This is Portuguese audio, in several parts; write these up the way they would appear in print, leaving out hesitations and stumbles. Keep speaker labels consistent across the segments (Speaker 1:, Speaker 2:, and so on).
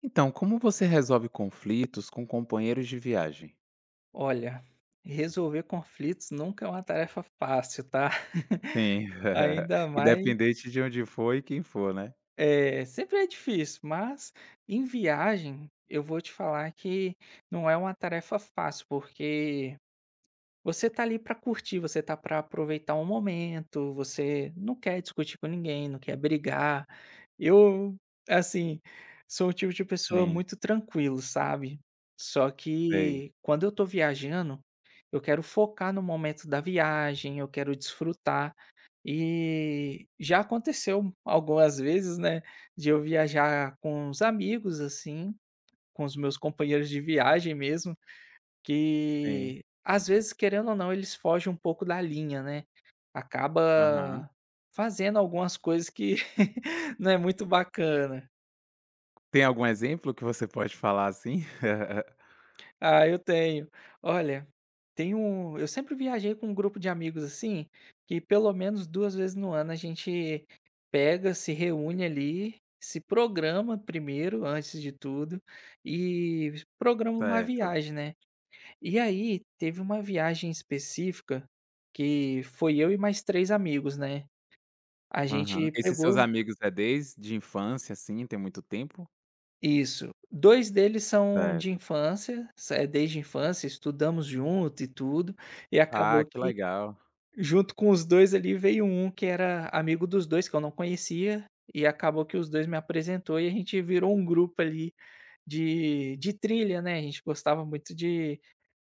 Speaker 1: Então, como você resolve conflitos com companheiros de viagem?
Speaker 2: Olha, resolver conflitos nunca é uma tarefa fácil, tá?
Speaker 1: Sim,
Speaker 2: Ainda mais
Speaker 1: independente de onde for e quem for, né?
Speaker 2: é, sempre é difícil, mas em viagem eu vou te falar que não é uma tarefa fácil, porque você tá ali pra curtir, você tá pra aproveitar um momento, você não quer discutir com ninguém, não quer brigar. Eu, assim, sou um tipo de pessoa
Speaker 1: Sim,
Speaker 2: muito tranquilo, sabe. Só
Speaker 1: sei,
Speaker 2: que quando eu tô viajando, eu quero focar no momento da viagem, eu quero desfrutar. E já aconteceu algumas vezes, né, de eu viajar com os amigos, assim, com os meus companheiros de viagem mesmo
Speaker 1: sim.
Speaker 2: que, às vezes, querendo ou não, eles fogem um pouco da linha, né.
Speaker 1: Aham.
Speaker 2: Acaba fazendo algumas coisas que não é muito bacana.
Speaker 1: Tem algum exemplo que você pode falar assim?
Speaker 2: Ah, eu tenho. Olha, tem um eu sempre viajei com um grupo de amigos, assim, que pelo menos 2 vezes no ano a gente pega, se reúne ali, se programa primeiro, antes de tudo, e programa uma
Speaker 1: Certo.
Speaker 2: viagem, né. E aí, teve uma viagem específica que foi eu e mais 3 amigos, né. A
Speaker 1: Aham.
Speaker 2: gente
Speaker 1: Esses seus
Speaker 2: pegou.
Speaker 1: amigos é desde infância, assim, tem muito tempo?
Speaker 2: Isso. 2 deles são de
Speaker 1: Certo.
Speaker 2: infância, desde infância, estudamos junto e tudo, e
Speaker 1: Ah,
Speaker 2: acabou
Speaker 1: que
Speaker 2: que
Speaker 1: legal.
Speaker 2: junto com os 2 ali veio um que era amigo dos 2 que eu não conhecia, e acabou que os 2 me apresentou e a gente virou um grupo ali de trilha, né. A gente gostava muito de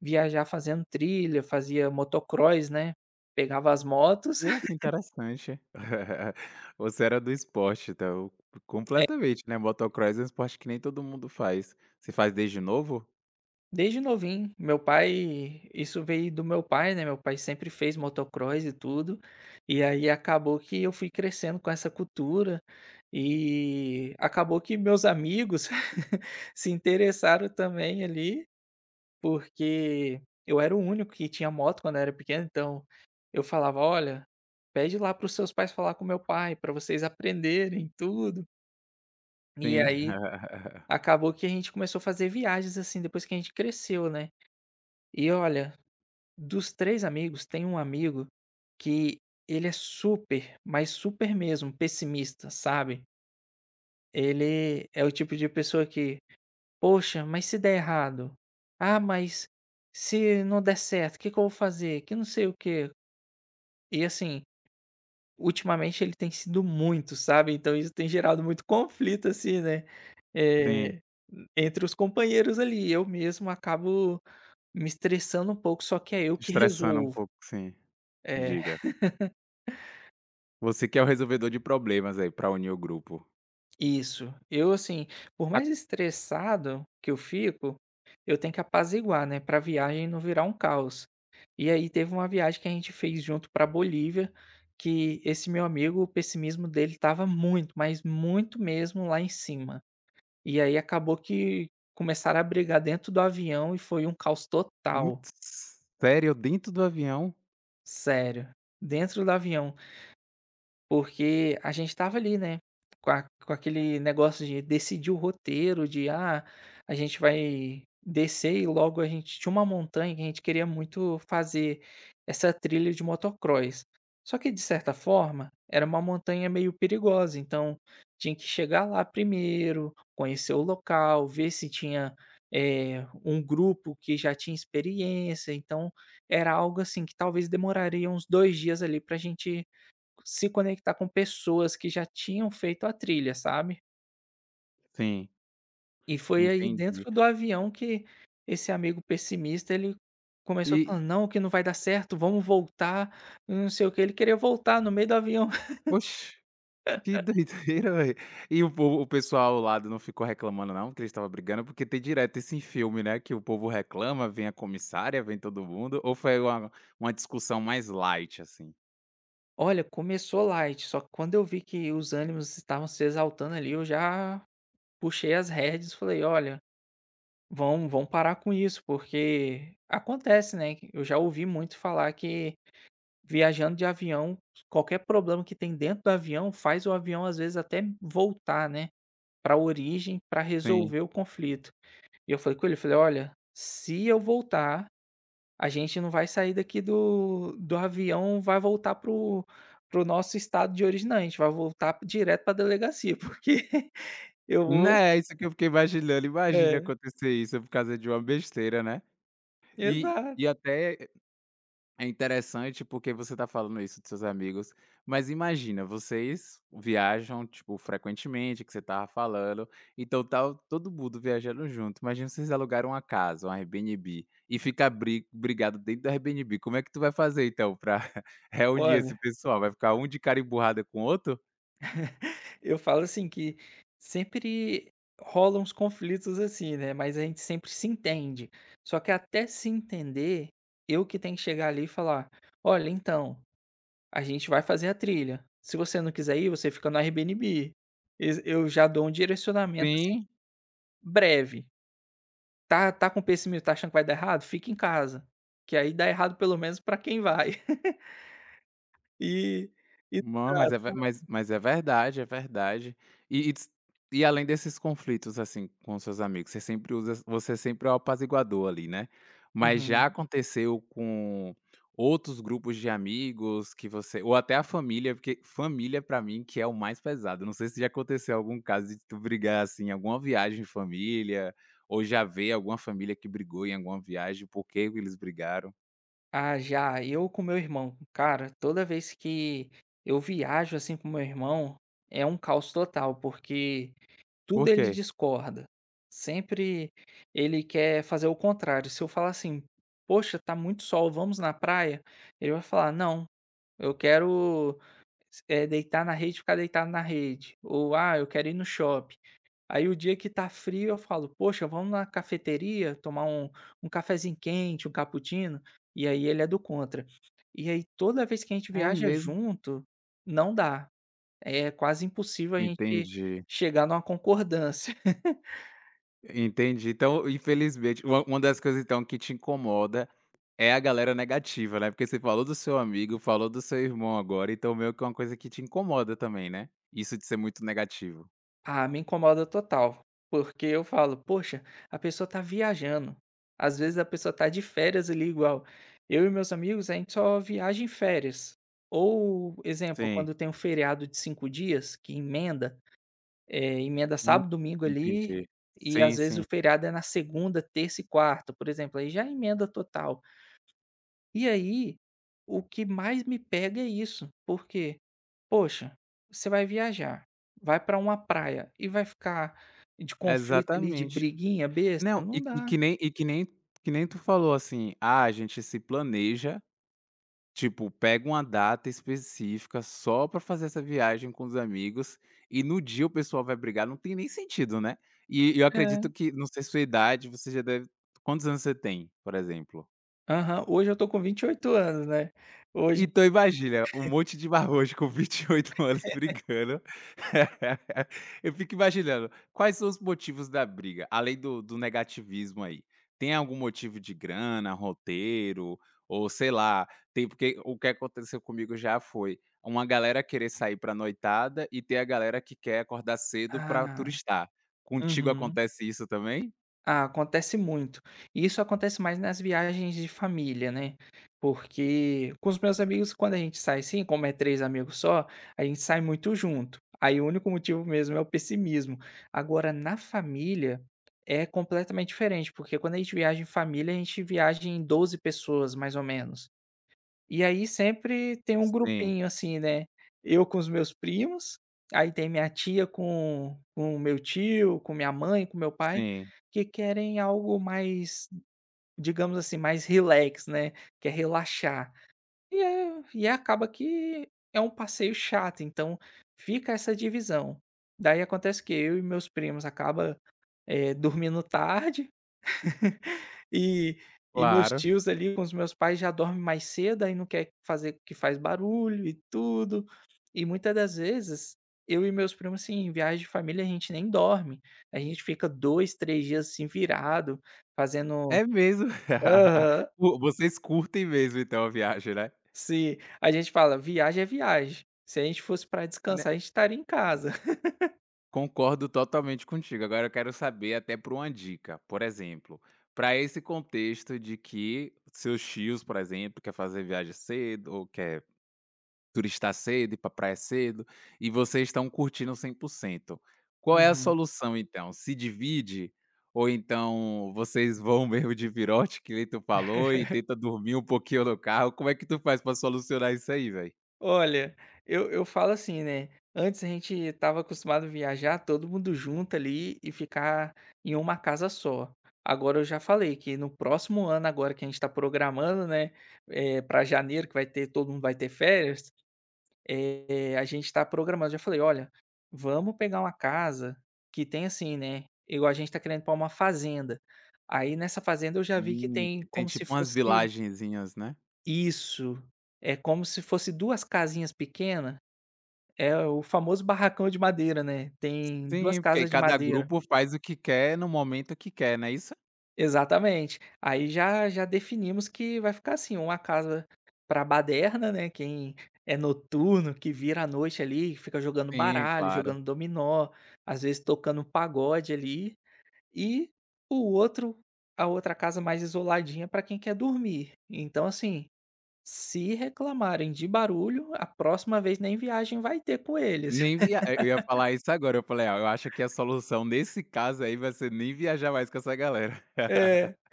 Speaker 2: viajar fazendo trilha, fazia motocross, né. Pegava as motos.
Speaker 1: Que interessante. Você era do esporte, então,
Speaker 2: É,
Speaker 1: completamente, né? Motocross é um esporte que nem todo mundo faz. Você faz desde novo?
Speaker 2: desde novinho, meu pai isso veio do meu pai, né, meu pai sempre fez motocross e tudo, e aí acabou que eu fui crescendo com essa cultura, e acabou que meus amigos se interessaram também ali, porque eu era o único que tinha moto quando eu era pequeno, então eu falava: "Olha, pede lá para os seus pais falar com meu pai, para vocês aprenderem tudo". E
Speaker 1: Sim.
Speaker 2: aí acabou que a gente começou a fazer viagens, assim, depois que a gente cresceu, né. E olha, dos 3 amigos, tem um amigo que ele é super, mas super mesmo, pessimista, sabe. Ele é o tipo de pessoa que: "Poxa, mas se der errado? Ah, mas se não der certo, o que que eu vou fazer? Que não sei o quê". E assim, ultimamente ele tem sido muito, sabe. Então isso tem gerado muito conflito, assim, né,
Speaker 1: Sim,
Speaker 2: eh, entre os companheiros ali. Eu mesmo acabo me estressando um pouco, só que é eu
Speaker 1: te
Speaker 2: que
Speaker 1: estressando um
Speaker 2: resolvo.
Speaker 1: pouco, sim.
Speaker 2: É.
Speaker 1: Diga. Você que é o resolvedor de problemas aí pra unir o grupo.
Speaker 2: Isso. Eu, assim, por
Speaker 1: A
Speaker 2: mais estressado que eu fico, eu tenho que apaziguar, né, pra viagem não virar um caos. E aí teve uma viagem que a gente fez junto pra Bolívia, que esse meu amigo, o pessimismo dele estava muito, mas muito mesmo lá em cima. E aí acabou que começaram a brigar dentro do avião e foi um caos
Speaker 1: hum,
Speaker 2: total,
Speaker 1: sério? Dentro do avião?
Speaker 2: sério. Dentro do avião. Porque a gente estava ali, né, com aquele negócio de decidir o roteiro, de: "Ah, a gente vai descer", e logo a gente tinha uma montanha que a gente queria muito fazer essa trilha de motocross. Só que, de certa forma, era uma montanha meio perigosa, então tinha que chegar lá primeiro, conhecer o local, ver se tinha, um grupo que já tinha experiência, então era algo assim que talvez demoraria uns 2 dias ali para gente se conectar com pessoas que já tinham feito a trilha, sabe.
Speaker 1: Sim,
Speaker 2: E foi aí
Speaker 1: entendi.
Speaker 2: dentro do avião que esse amigo pessimista, ele começou
Speaker 1: E
Speaker 2: falando: "Não, que não vai dar certo, vamos voltar", não sei o quê, ele queria voltar no meio do avião.
Speaker 1: oxe, que doideira, velho. E o pessoal ao lado não ficou reclamando não, que eles estavam brigando? Porque tem direto esse filme, né, que o povo reclama, vem a comissária, vem todo mundo, ou foi uma discussão mais light, assim?
Speaker 2: Olha, começou light, só que quando eu vi que os ânimos estavam se exaltando ali, eu já puxei as rédeas e falei: "Olha, vão parar com isso", porque acontece, né, eu já ouvi muito falar que viajando de avião, qualquer problema que tem dentro do avião faz o avião, às vezes, até voltar, né, para a origem para
Speaker 1: Sim.
Speaker 2: resolver o conflito. E eu falei com ele, eu falei: "Olha, se eu voltar, a gente não vai sair daqui do avião, vai voltar pro nosso estado de origem não, a gente vai voltar direto para a delegacia, porque eu vou".
Speaker 1: Né, isso que eu fiquei imaginando, imagina
Speaker 2: É,
Speaker 1: acontecer isso por causa de uma besteira, né. E
Speaker 2: exato.
Speaker 1: e até é interessante porque você tá falando isso dos seus amigos, mas imagina, vocês viajam, tipo, frequentemente, que você tava falando, então tá todo mundo viajando junto, imagina vocês alugaram uma casa, um Airbnb, e ficar brigado dentro do Airbnb, como é que tu vai fazer então pra reunir esse
Speaker 2: Olha,
Speaker 1: pessoal? Vai ficar um de cara emburrada com o outro?
Speaker 2: eu falo assim que sempre rolam uns conflitos assim, né, mas a gente sempre se entende. Só que até se entender, eu que tenho que chegar ali e falar: "Olha, então, a gente vai fazer a trilha. Se você não quiser ir, você fica no Airbnb". Ex Eu já dou um direcionamento, assim,
Speaker 1: Sim.
Speaker 2: breve. Tá, tá com pessimismo, tá achando que vai dar errado? Fica em casa, que aí dá errado pelo menos pra quem vai. E e
Speaker 1: Mã mas é ve mas é verdade, é verdade. E e ts e além desses conflitos, assim, com seus amigos, você sempre é o apaziguador ali, né. Mas
Speaker 2: uhum.
Speaker 1: já aconteceu com outros grupos de amigos que você ou até a família, porque família pra mim que é o mais pesado, não sei se já aconteceu algum caso de tu brigar, assim, em alguma viagem em família, ou já ver alguma família que brigou em alguma viagem, por que eles brigaram.
Speaker 2: Ah, já, eu com meu irmão. Cara, toda vez que eu viajo assim com meu irmão, é um caos total, porque tudo
Speaker 1: Por
Speaker 2: ele
Speaker 1: quê?
Speaker 2: discorda. Sempre ele quer fazer o contrário. Se eu falar assim, poxa, tá muito sol, vamos na praia, ele vai falar, não, eu quero deitar na rede, ficar deitado na rede. Ou, ah, eu quero ir no shopping. Aí o dia que tá frio eu falo: "Poxa, vamos na cafeteria tomar um cafezinho quente, um cappuccino?". E aí ele é do contra. E aí toda vez que a gente
Speaker 1: É
Speaker 2: viaja
Speaker 1: mesmo?
Speaker 2: junto, não dá. É quase impossível a gente
Speaker 1: Entendi.
Speaker 2: chegar numa concordância.
Speaker 1: Entendi. Então, infelizmente, uma das coisas, então, que te incomoda é a galera negativa, né, porque você falou do seu amigo, falou do seu irmão agora, então meio que é uma coisa que te incomoda também, né, isso de ser muito negativo.
Speaker 2: Ah, me incomoda total, porque eu falo: "Poxa, a pessoa tá viajando". Às vezes a pessoa tá de férias ali igual eu e meus amigos, a gente só viaja em férias. Ou, exemplo,
Speaker 1: Sim.
Speaker 2: quando tem um feriado de 5 dias que emenda, emenda
Speaker 1: Hum,
Speaker 2: sábado, domingo ali,
Speaker 1: entendi.
Speaker 2: e
Speaker 1: Sim,
Speaker 2: às vezes o
Speaker 1: sim.
Speaker 2: feriado é na segunda, terça e quarta, por exemplo, aí já é emenda total. E aí, o que mais me pega é isso, porque, poxa, você vai viajar, vai para uma praia e vai ficar de conflito ali, de
Speaker 1: Exatamente.
Speaker 2: briguinha besta,
Speaker 1: Não,
Speaker 2: não
Speaker 1: e e
Speaker 2: dá.
Speaker 1: que nem e que nem que nem tu falou assim: "Ah, a gente se planeja. Tipo, pega uma data específica só pra fazer essa viagem com os amigos, e no dia o pessoal vai brigar, não tem nem sentido, né. E eu acredito
Speaker 2: É.
Speaker 1: que não sei sua idade, você já deve quantos anos você tem, por exemplo?
Speaker 2: Aham. Hoje eu tô com 28 anos, né. Hoje.
Speaker 1: Então imagina, um monte de marmanjo com 28 anos brigando. Eu fico imaginando, quais são os motivos da briga? Além do negativismo aí, tem algum motivo de grana, roteiro, ou sei lá, tem porque o que aconteceu comigo já foi, uma galera querer sair pra noitada e tem a galera que quer acordar cedo pra
Speaker 2: Ah.
Speaker 1: turistar. Contigo
Speaker 2: Uhum.
Speaker 1: acontece isso também?
Speaker 2: Ah, acontece muito. E isso acontece mais nas viagens de família, né, porque com os meus amigos, quando a gente sai assim, como é 3 amigos só, a gente sai muito junto. Aí o único motivo mesmo é o pessimismo. Agora na família, é completamente diferente, porque quando a gente viaja em família, a gente viaja em 12 pessoas mais ou menos. E aí sempre tem um
Speaker 1: Sim,
Speaker 2: grupinho, assim, né, eu com os meus primos, aí tem minha tia com o meu tio, com minha mãe, com meu pai,
Speaker 1: sim,
Speaker 2: que querem algo mais, digamos assim, mais relax, né, quer relaxar. E acaba que é um passeio chato, então fica essa divisão. Daí acontece que eu e meus primos acaba, dormindo tarde. E e meus
Speaker 1: claro.
Speaker 2: tios ali com os meus pais já dormem mais cedo, aí não quer fazer que faz barulho e tudo. E muitas das vezes, eu e meus primos, assim, em viagem de família, a gente nem dorme. A gente fica 2 3 dias, assim, virado, fazendo.
Speaker 1: É mesmo.
Speaker 2: Aham.
Speaker 1: Vo vocês curtem mesmo então a viagem, né?
Speaker 2: Se a gente fala: "Viagem é viagem". Se a gente fosse para
Speaker 1: Né,
Speaker 2: descansar, a gente estaria em casa.
Speaker 1: concordo totalmente contigo. Agora eu quero saber até por uma dica, por exemplo, para esse contexto de que seus tios, por exemplo, quer fazer viagem cedo ou quer turistar cedo, ir pra praia cedo, e vocês estão curtindo 100%. Qual é a solução então? Se divide? Ou então vocês vão mesmo de virote, que nem tu falou, e tenta dormir um pouquinho no carro? Como é que tu faz para solucionar isso aí, velho?
Speaker 2: Olha, eu falo assim, né, antes a gente estava acostumado a viajar todo mundo junto ali e ficar em uma casa só. Agora eu já falei que no próximo ano agora que a gente está programando, né, para janeiro que vai ter todo mundo vai ter férias, a gente está programando, já falei: "Olha, vamos pegar uma casa que tem assim, né, igual a gente está querendo para uma fazenda, aí nessa fazenda eu já vi que tem
Speaker 1: Que tem
Speaker 2: como se
Speaker 1: tipo umas
Speaker 2: fosse".
Speaker 1: vilagenzinhas, né?
Speaker 2: Isso, é como se fosse 2 casinhas pequena, é o famoso barracão de madeira, né, tem 2
Speaker 1: Sim, porque aí
Speaker 2: casas de
Speaker 1: cada
Speaker 2: madeira.
Speaker 1: grupo faz o que quer no momento que quer, não é isso?
Speaker 2: Exatamente. Aí já já definimos que vai ficar assim, uma casa pra baderna, né, quem é noturno, que vira à noite ali, fica jogando
Speaker 1: Sim,
Speaker 2: baralho,
Speaker 1: claro.
Speaker 2: jogando dominó, às vezes tocando um pagode ali, e o outro a outra casa mais isoladinha para quem quer dormir. Então assim, se reclamarem de barulho, a próxima vez nem viagem vai ter com eles.
Speaker 1: Nem via eh, eu ia falar isso agora, eu falei: "Ah, eu acho que a solução nesse caso aí vai ser nem viajar mais com essa galera".
Speaker 2: É,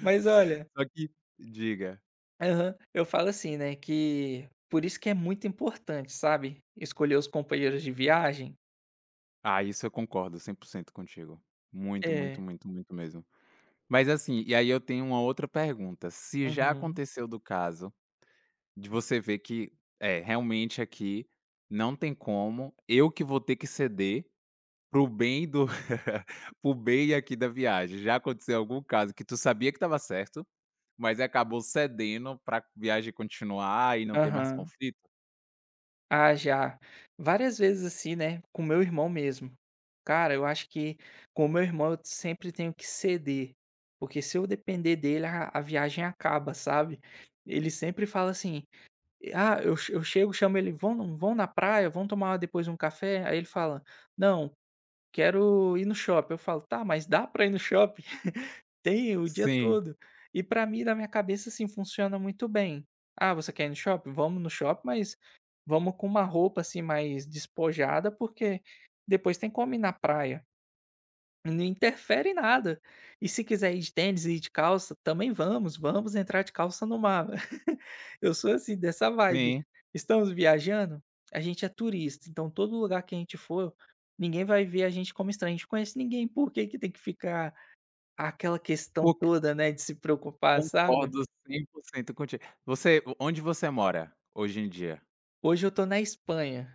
Speaker 2: mas olha.
Speaker 1: Só que diga.
Speaker 2: Aham. Eu falo assim, né, que por isso que é muito importante, sabe, escolher os companheiros de viagem.
Speaker 1: Ah, isso eu concordo 100% contigo. Muito, muito,
Speaker 2: É.
Speaker 1: muito, muito mesmo. Mas assim, e aí eu tenho uma outra pergunta, se já
Speaker 2: Uhum.
Speaker 1: aconteceu do caso de você ver que, é, realmente aqui não tem como, eu que vou ter que ceder pro bem do pro bem aqui da viagem. Já aconteceu algum caso que tu sabia que estava certo, mas acabou cedendo para viagem continuar e não ter mais
Speaker 2: Aham.
Speaker 1: conflito?
Speaker 2: Ah, já. Várias vezes assim, né, com meu irmão mesmo. Cara, eu acho que com o meu irmão eu sempre tenho que ceder, porque se eu depender dele a viagem acaba, sabe. Ele sempre fala assim: "Ah", eu eu chego, chamo ele: "Vão, vão na praia? Vão tomar depois um café?". Aí ele fala: "Não, quero ir no shopping". Eu falo: "Tá, mas dá pra ir no shopping? Tem o dia
Speaker 1: Sim,
Speaker 2: todo". E pra mim, na minha cabeça, assim, funciona muito bem. "Ah, você quer ir no shopping? Vamos no shopping, mas vamos com uma roupa, assim, mais despojada, porque depois tem como ir na praia". Não interfere em nada. E se quiser ir de tênis e ir de calça, também vamos, vamos entrar de calça no mar. Eu sou assim, dessa vibe.
Speaker 1: sim,
Speaker 2: Estamos viajando? A gente é turista, então todo lugar que a gente for, ninguém vai ver a gente como estranho. A gente conhece ninguém, por que que tem que ficar aquela questão
Speaker 1: porque
Speaker 2: toda, né, de se preocupar, sabe?
Speaker 1: concordo 100% contigo. Você onde você mora hoje em dia?
Speaker 2: Hoje eu tô na Espanha.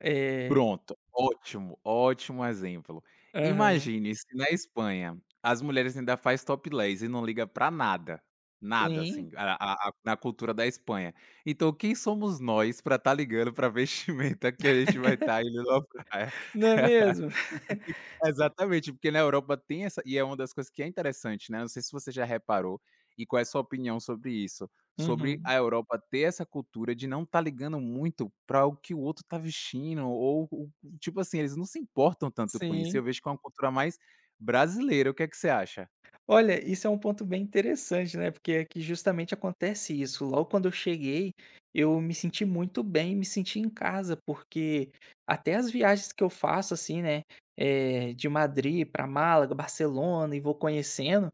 Speaker 2: É,
Speaker 1: Pronto, ótimo, ótimo exemplo.
Speaker 2: aham,
Speaker 1: Imagine se na Espanha as mulheres ainda faz topless e não liga pra nada, nada assim,
Speaker 2: sim.
Speaker 1: a na cultura da Espanha. Então quem somos nós pra estar ligando pra vestimenta que a gente vai estar? Indo numa praia.
Speaker 2: Não é mesmo?
Speaker 1: Porque exatamente, porque na Europa tem essa e é uma das coisas que é interessante, né, não sei se você já reparou, e qual é a sua opinião sobre isso, sobre
Speaker 2: Uhum,
Speaker 1: a Europa ter essa cultura de não estar ligando muito para o que o outro tá vestindo ou o tipo assim, eles não se importam tanto com isso, eu
Speaker 2: sim.
Speaker 1: vejo que é uma cultura mais brasileira, o que é que você acha?
Speaker 2: Olha, isso é um ponto bem interessante, né, porque aqui justamente acontece isso. Logo quando eu cheguei, eu me senti muito bem, me senti em casa, porque até as viagens que eu faço, assim, né, de Madrid para Málaga, Barcelona e vou conhecendo,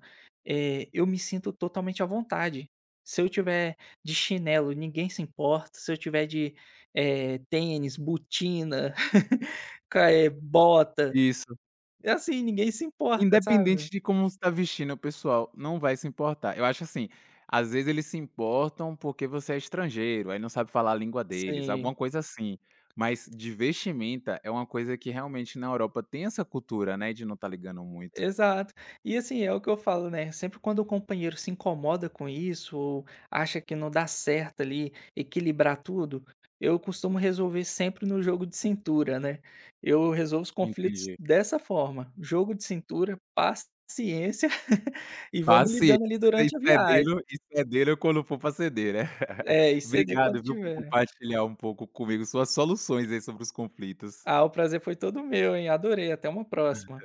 Speaker 2: eu me sinto totalmente à vontade. Se eu tiver de chinelo, ninguém se importa. Se eu tiver de, tênis, botina, bota,
Speaker 1: Isso.
Speaker 2: é assim, ninguém se importa, sabe.
Speaker 1: Independente de como você tá vestindo, o pessoal não vai se importar. Eu acho assim, às vezes eles se importam porque você é estrangeiro, aí não sabe falar a língua deles,
Speaker 2: Sim.
Speaker 1: alguma coisa assim. Mas de vestimenta é uma coisa que realmente na Europa tem essa cultura, né, de não tá ligando muito.
Speaker 2: Exato. E assim, é o que eu falo, né, sempre quando o companheiro se incomoda com isso ou acha que não dá certo ali equilibrar tudo, eu costumo resolver sempre no jogo de cintura, né. Eu resolvo os conflitos
Speaker 1: Entendi.
Speaker 2: dessa forma, jogo de cintura, paciência e vamos
Speaker 1: Paciência
Speaker 2: lidando ali durante a viagem.
Speaker 1: e cedendo quando for pra ceder, né.
Speaker 2: É, e ceder
Speaker 1: Obrigado,
Speaker 2: quando
Speaker 1: viu, por
Speaker 2: tiver.
Speaker 1: compartilhar um pouco comigo suas soluções aí sobre os conflitos.
Speaker 2: Ah, o prazer foi todo meu, hein, adorei, até uma próxima.